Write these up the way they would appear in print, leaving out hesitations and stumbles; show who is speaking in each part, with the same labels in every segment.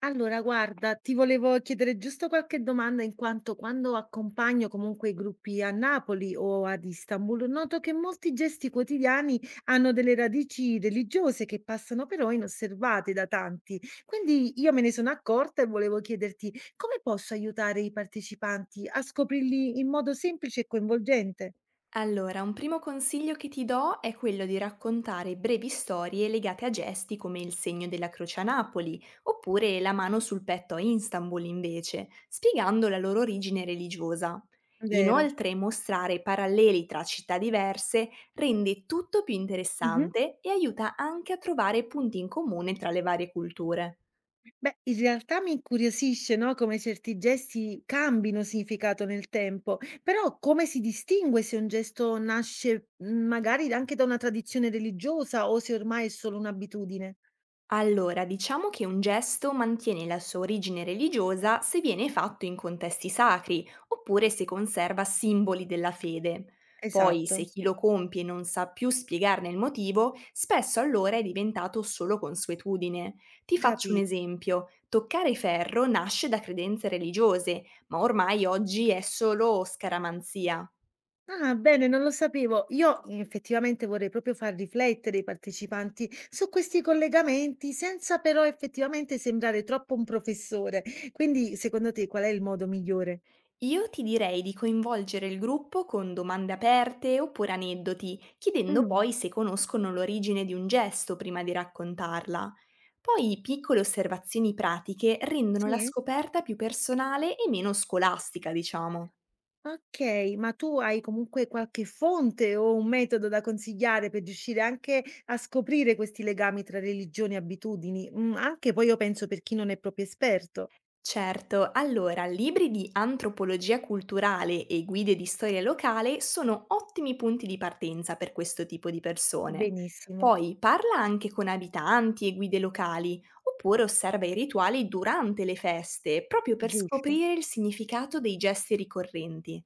Speaker 1: Allora, guarda, ti volevo chiedere giusto qualche domanda, in quanto quando accompagno comunque i gruppi a Napoli o ad Istanbul, noto che molti gesti quotidiani hanno delle radici religiose che passano però inosservate da tanti. Quindi io me ne sono accorta e volevo chiederti come posso aiutare i partecipanti a scoprirli in modo semplice e coinvolgente?
Speaker 2: Allora, un primo consiglio che ti do è quello di raccontare brevi storie legate a gesti come il segno della croce a Napoli, oppure la mano sul petto a Istanbul invece, spiegando la loro origine religiosa.
Speaker 1: Vero.
Speaker 2: Inoltre, mostrare paralleli tra città diverse rende tutto più interessante e aiuta anche a trovare punti in comune tra le varie culture.
Speaker 1: Beh, in realtà mi incuriosisce, no, come certi gesti cambino significato nel tempo, però come si distingue se un gesto nasce magari anche da una tradizione religiosa o se ormai è solo un'abitudine?
Speaker 2: Allora, diciamo che un gesto mantiene la sua origine religiosa se viene fatto in contesti sacri, oppure se conserva simboli della fede. Poi,
Speaker 1: Esatto,
Speaker 2: se chi lo compie non sa più spiegarne il motivo, spesso allora è diventato solo consuetudine. Ti faccio un
Speaker 1: capito.
Speaker 2: esempio. Toccare ferro nasce da credenze religiose, ma ormai oggi è solo scaramanzia.
Speaker 1: Ah, bene, non lo sapevo. Io effettivamente vorrei proprio far riflettere i partecipanti su questi collegamenti senza però effettivamente sembrare troppo un professore. Quindi, secondo te, qual è il modo migliore?
Speaker 2: Io ti direi di coinvolgere il gruppo con domande aperte oppure aneddoti, chiedendo
Speaker 1: Mm,
Speaker 2: poi se conoscono l'origine di un gesto prima di raccontarla. Poi piccole osservazioni pratiche rendono la
Speaker 1: sì?
Speaker 2: scoperta più personale e meno scolastica, diciamo.
Speaker 1: Okay, ma tu hai comunque qualche fonte o un metodo da consigliare per riuscire anche a scoprire questi legami tra religioni e abitudini? Mhmm, anche poi io penso per chi non è proprio esperto.
Speaker 2: Certo, allora, libri di antropologia culturale e guide di storia locale sono ottimi punti di partenza per questo tipo di persone.
Speaker 1: Benissimo,
Speaker 2: Poi parla anche con abitanti e guide locali, oppure osserva i rituali durante le feste, proprio per
Speaker 1: giusto.
Speaker 2: scoprire il significato dei gesti ricorrenti.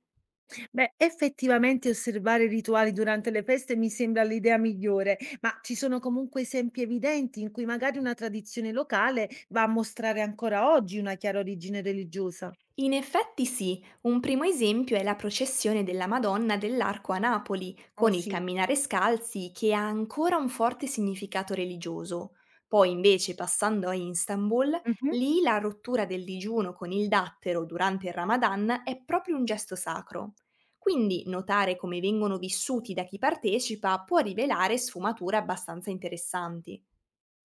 Speaker 1: Beh, effettivamente osservare i rituali durante le feste mi sembra l'idea migliore, ma ci sono comunque esempi evidenti in cui magari una tradizione locale va a mostrare ancora oggi una chiara origine religiosa?
Speaker 2: In effetti sì, un primo esempio è la processione della Madonna dell'Arco a Napoli,
Speaker 1: Oh
Speaker 2: con il
Speaker 1: sì.
Speaker 2: camminare scalzi che ha ancora un forte significato religioso. Poi invece, passando a Istanbul,
Speaker 1: Mh-mh.
Speaker 2: lì la rottura del digiuno con il dattero durante il Ramadan è proprio un gesto sacro. Quindi notare come vengono vissuti da chi partecipa può rivelare sfumature abbastanza interessanti.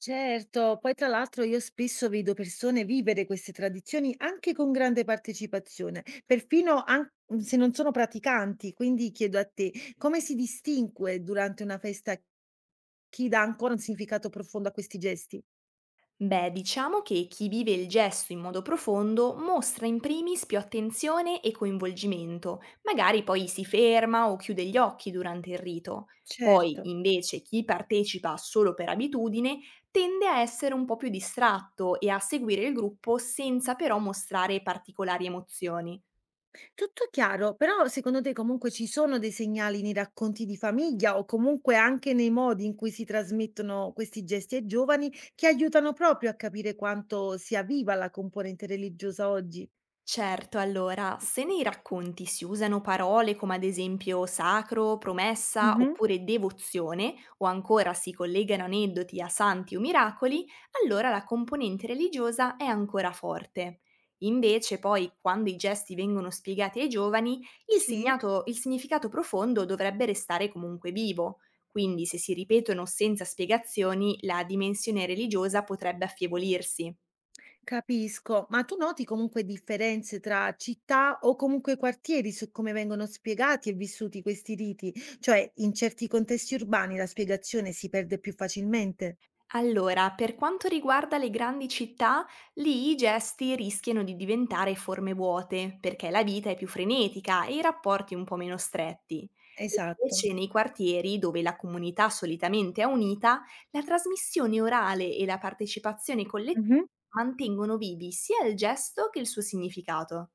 Speaker 1: Certo, poi tra l'altro io spesso vedo persone vivere queste tradizioni anche con grande partecipazione, perfino se non sono praticanti, quindi chiedo a te, come si distingue durante una festa chi dà ancora un significato profondo a questi gesti?
Speaker 2: Beh, diciamo che chi vive il gesto in modo profondo mostra in primis più attenzione e coinvolgimento, magari poi si ferma o chiude gli occhi durante il rito.
Speaker 1: Certo,
Speaker 2: Poi, invece, chi partecipa solo per abitudine tende a essere un po' più distratto e a seguire il gruppo senza però mostrare particolari emozioni.
Speaker 1: tutto chiaro, però secondo te comunque ci sono dei segnali nei racconti di famiglia o comunque anche nei modi in cui si trasmettono questi gesti ai giovani che aiutano proprio a capire quanto sia viva la componente religiosa oggi?
Speaker 2: Certo, allora, se nei racconti si usano parole come ad esempio sacro, promessa
Speaker 1: Mh-mh.
Speaker 2: oppure devozione, o ancora si collegano aneddoti a santi o miracoli, allora la componente religiosa è ancora forte. Invece, poi, quando i gesti vengono spiegati ai giovani,
Speaker 1: Sì,
Speaker 2: il significato profondo dovrebbe restare comunque vivo. Quindi, se si ripetono senza spiegazioni, la dimensione religiosa potrebbe affievolirsi.
Speaker 1: capisco. Ma tu noti comunque differenze tra città o comunque quartieri su come vengono spiegati e vissuti questi riti? Cioè, in certi contesti urbani la spiegazione si perde più facilmente.
Speaker 2: Allora, per quanto riguarda le grandi città, lì i gesti rischiano di diventare forme vuote, perché la vita è più frenetica e i rapporti un po' meno stretti.
Speaker 1: Esatto.
Speaker 2: Invece, nei quartieri, dove la comunità solitamente è unita, la trasmissione orale e la partecipazione collettiva
Speaker 1: Mh-mh.
Speaker 2: mantengono vivi sia il gesto che il suo significato.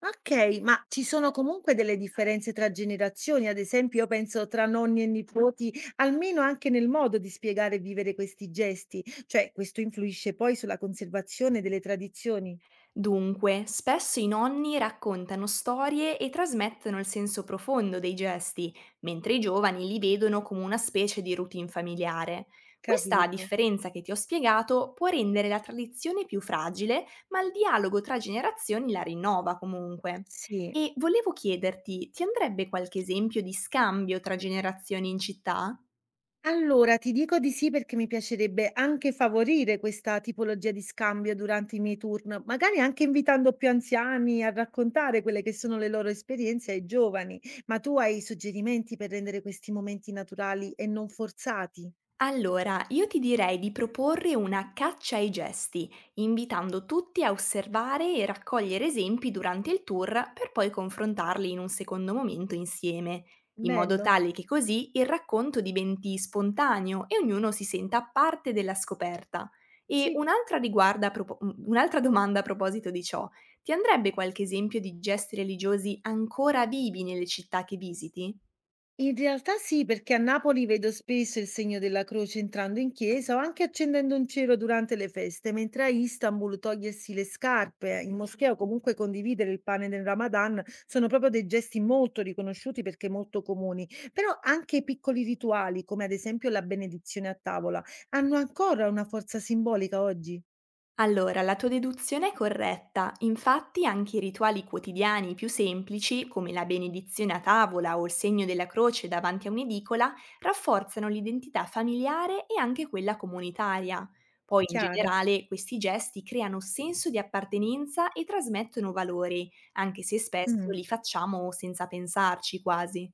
Speaker 1: Okay, ma ci sono comunque delle differenze tra generazioni? Ad esempio, io penso tra nonni e nipoti, almeno anche nel modo di spiegare e vivere questi gesti. Cioè, questo influisce poi sulla conservazione delle tradizioni.
Speaker 2: Dunque, spesso i nonni raccontano storie e trasmettono il senso profondo dei gesti, mentre i giovani li vedono come una specie di routine familiare. Questa
Speaker 1: Capito.
Speaker 2: differenza che ti ho spiegato può rendere la tradizione più fragile, ma il dialogo tra generazioni la rinnova comunque.
Speaker 1: Sì.
Speaker 2: E volevo chiederti, ti andrebbe qualche esempio di scambio tra generazioni in città?
Speaker 1: Allora, ti dico di sì perché mi piacerebbe anche favorire questa tipologia di scambio durante i miei turn, magari anche invitando più anziani a raccontare quelle che sono le loro esperienze ai giovani. Ma tu hai suggerimenti per rendere questi momenti naturali e non forzati?
Speaker 2: Allora, io ti direi di proporre una caccia ai gesti, invitando tutti a osservare e raccogliere esempi durante il tour per poi confrontarli in un secondo momento insieme, in modo
Speaker 1: Bello.
Speaker 2: tale che così il racconto diventi spontaneo e ognuno si senta parte della scoperta. E
Speaker 1: Sì,
Speaker 2: un'altra, riguarda a propo- mm, un'altra domanda a proposito di ciò, ti andrebbe qualche esempio di gesti religiosi ancora vivi nelle città che visiti?
Speaker 1: in realtà sì, perché a Napoli vedo spesso il segno della croce entrando in chiesa o anche accendendo un cero durante le feste, mentre a Istanbul togliersi le scarpe in moschea o comunque condividere il pane del Ramadan sono proprio dei gesti molto riconosciuti perché molto comuni. Però anche i piccoli rituali, come ad esempio la benedizione a tavola, hanno ancora una forza simbolica oggi,
Speaker 2: Allora, la tua deduzione è corretta. Infatti, anche i rituali quotidiani più semplici, come la benedizione a tavola o il segno della croce davanti a un'edicola, rafforzano l'identità familiare e anche quella comunitaria. Poi, in
Speaker 1: chiaro?
Speaker 2: generale, questi gesti creano senso di appartenenza e trasmettono valori, anche se spesso
Speaker 1: Mm.
Speaker 2: li facciamo senza pensarci quasi.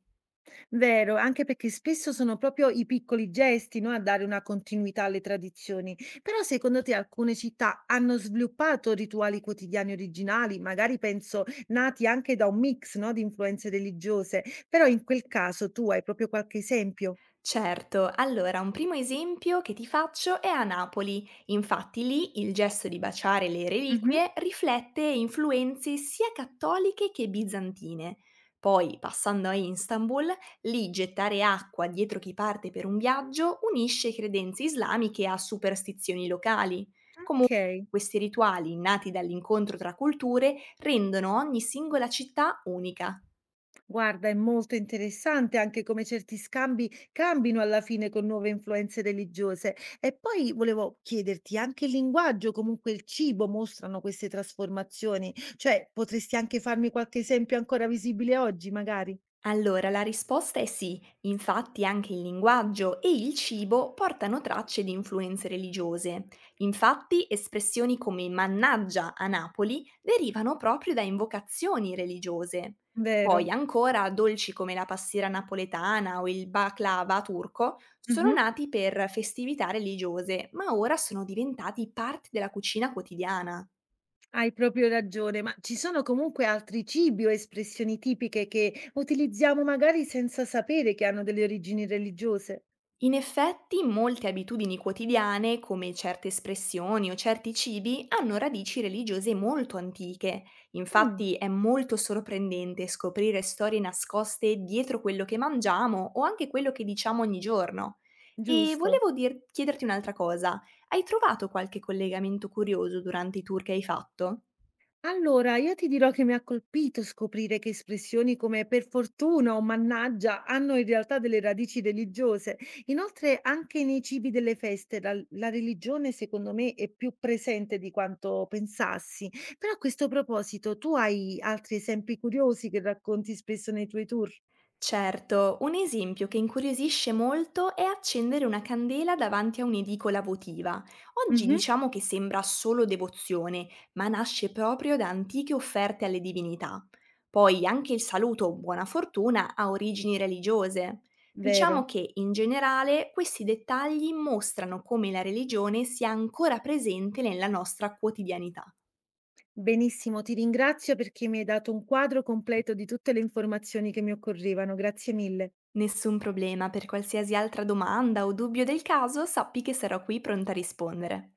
Speaker 1: Vero, anche perché spesso sono proprio i piccoli gesti, no, a dare una continuità alle tradizioni. Però secondo te alcune città hanno sviluppato rituali quotidiani originali, magari penso nati anche da un mix, no, di influenze religiose, però in quel caso tu hai proprio qualche esempio?
Speaker 2: Certo, allora un primo esempio che ti faccio è a Napoli. Infatti lì il gesto di baciare le
Speaker 1: Mhm,
Speaker 2: reliquie riflette influenze sia cattoliche che bizantine. Poi, passando a Istanbul, lì gettare acqua dietro chi parte per un viaggio unisce credenze islamiche a superstizioni locali.
Speaker 1: ok.
Speaker 2: Comunque, questi rituali, nati dall'incontro tra culture, rendono ogni singola città unica.
Speaker 1: Guarda, è molto interessante anche come certi scambi cambino alla fine con nuove influenze religiose. E poi volevo chiederti, anche il linguaggio, comunque il cibo mostrano queste trasformazioni? Cioè, potresti anche farmi qualche esempio ancora visibile oggi, magari?
Speaker 2: Allora, la risposta è sì, infatti anche il linguaggio e il cibo portano tracce di influenze religiose. Infatti espressioni come mannaggia a Napoli derivano proprio da invocazioni religiose.
Speaker 1: Vero?
Speaker 2: Poi ancora dolci come la pastiera napoletana o il baklava turco sono
Speaker 1: Mhm,
Speaker 2: nati per festività religiose, ma ora sono diventati parte della cucina quotidiana.
Speaker 1: hai proprio ragione, ma ci sono comunque altri cibi o espressioni tipiche che utilizziamo magari senza sapere che hanno delle origini religiose?
Speaker 2: In effetti, molte abitudini quotidiane, come certe espressioni o certi cibi, hanno radici religiose molto antiche.
Speaker 1: Mm,
Speaker 2: Infatti è molto sorprendente scoprire storie nascoste dietro quello che mangiamo o anche quello che diciamo ogni giorno. E
Speaker 1: giusto.
Speaker 2: chiederti un'altra cosa, hai trovato qualche collegamento curioso durante i tour che hai fatto?
Speaker 1: Allora, io ti dirò che mi ha colpito scoprire che espressioni come per fortuna o mannaggia hanno in realtà delle radici religiose. Inoltre, anche nei cibi delle feste, la religione secondo me è più presente di quanto pensassi. Però a questo proposito, tu hai altri esempi curiosi che racconti spesso nei tuoi tour?
Speaker 2: Certo, un esempio che incuriosisce molto è accendere una candela davanti a un'edicola votiva. Oggi
Speaker 1: Mhm,
Speaker 2: diciamo che sembra solo devozione, ma nasce proprio da antiche offerte alle divinità. Poi anche il saluto buona fortuna ha origini religiose. Diciamo
Speaker 1: vero.
Speaker 2: che in generale questi dettagli mostrano come la religione sia ancora presente nella nostra quotidianità.
Speaker 1: Benissimo, ti ringrazio perché mi hai dato un quadro completo di tutte le informazioni che mi occorrevano. Grazie mille.
Speaker 2: Nessun problema, per qualsiasi altra domanda o dubbio del caso sappi che sarò qui pronta a rispondere.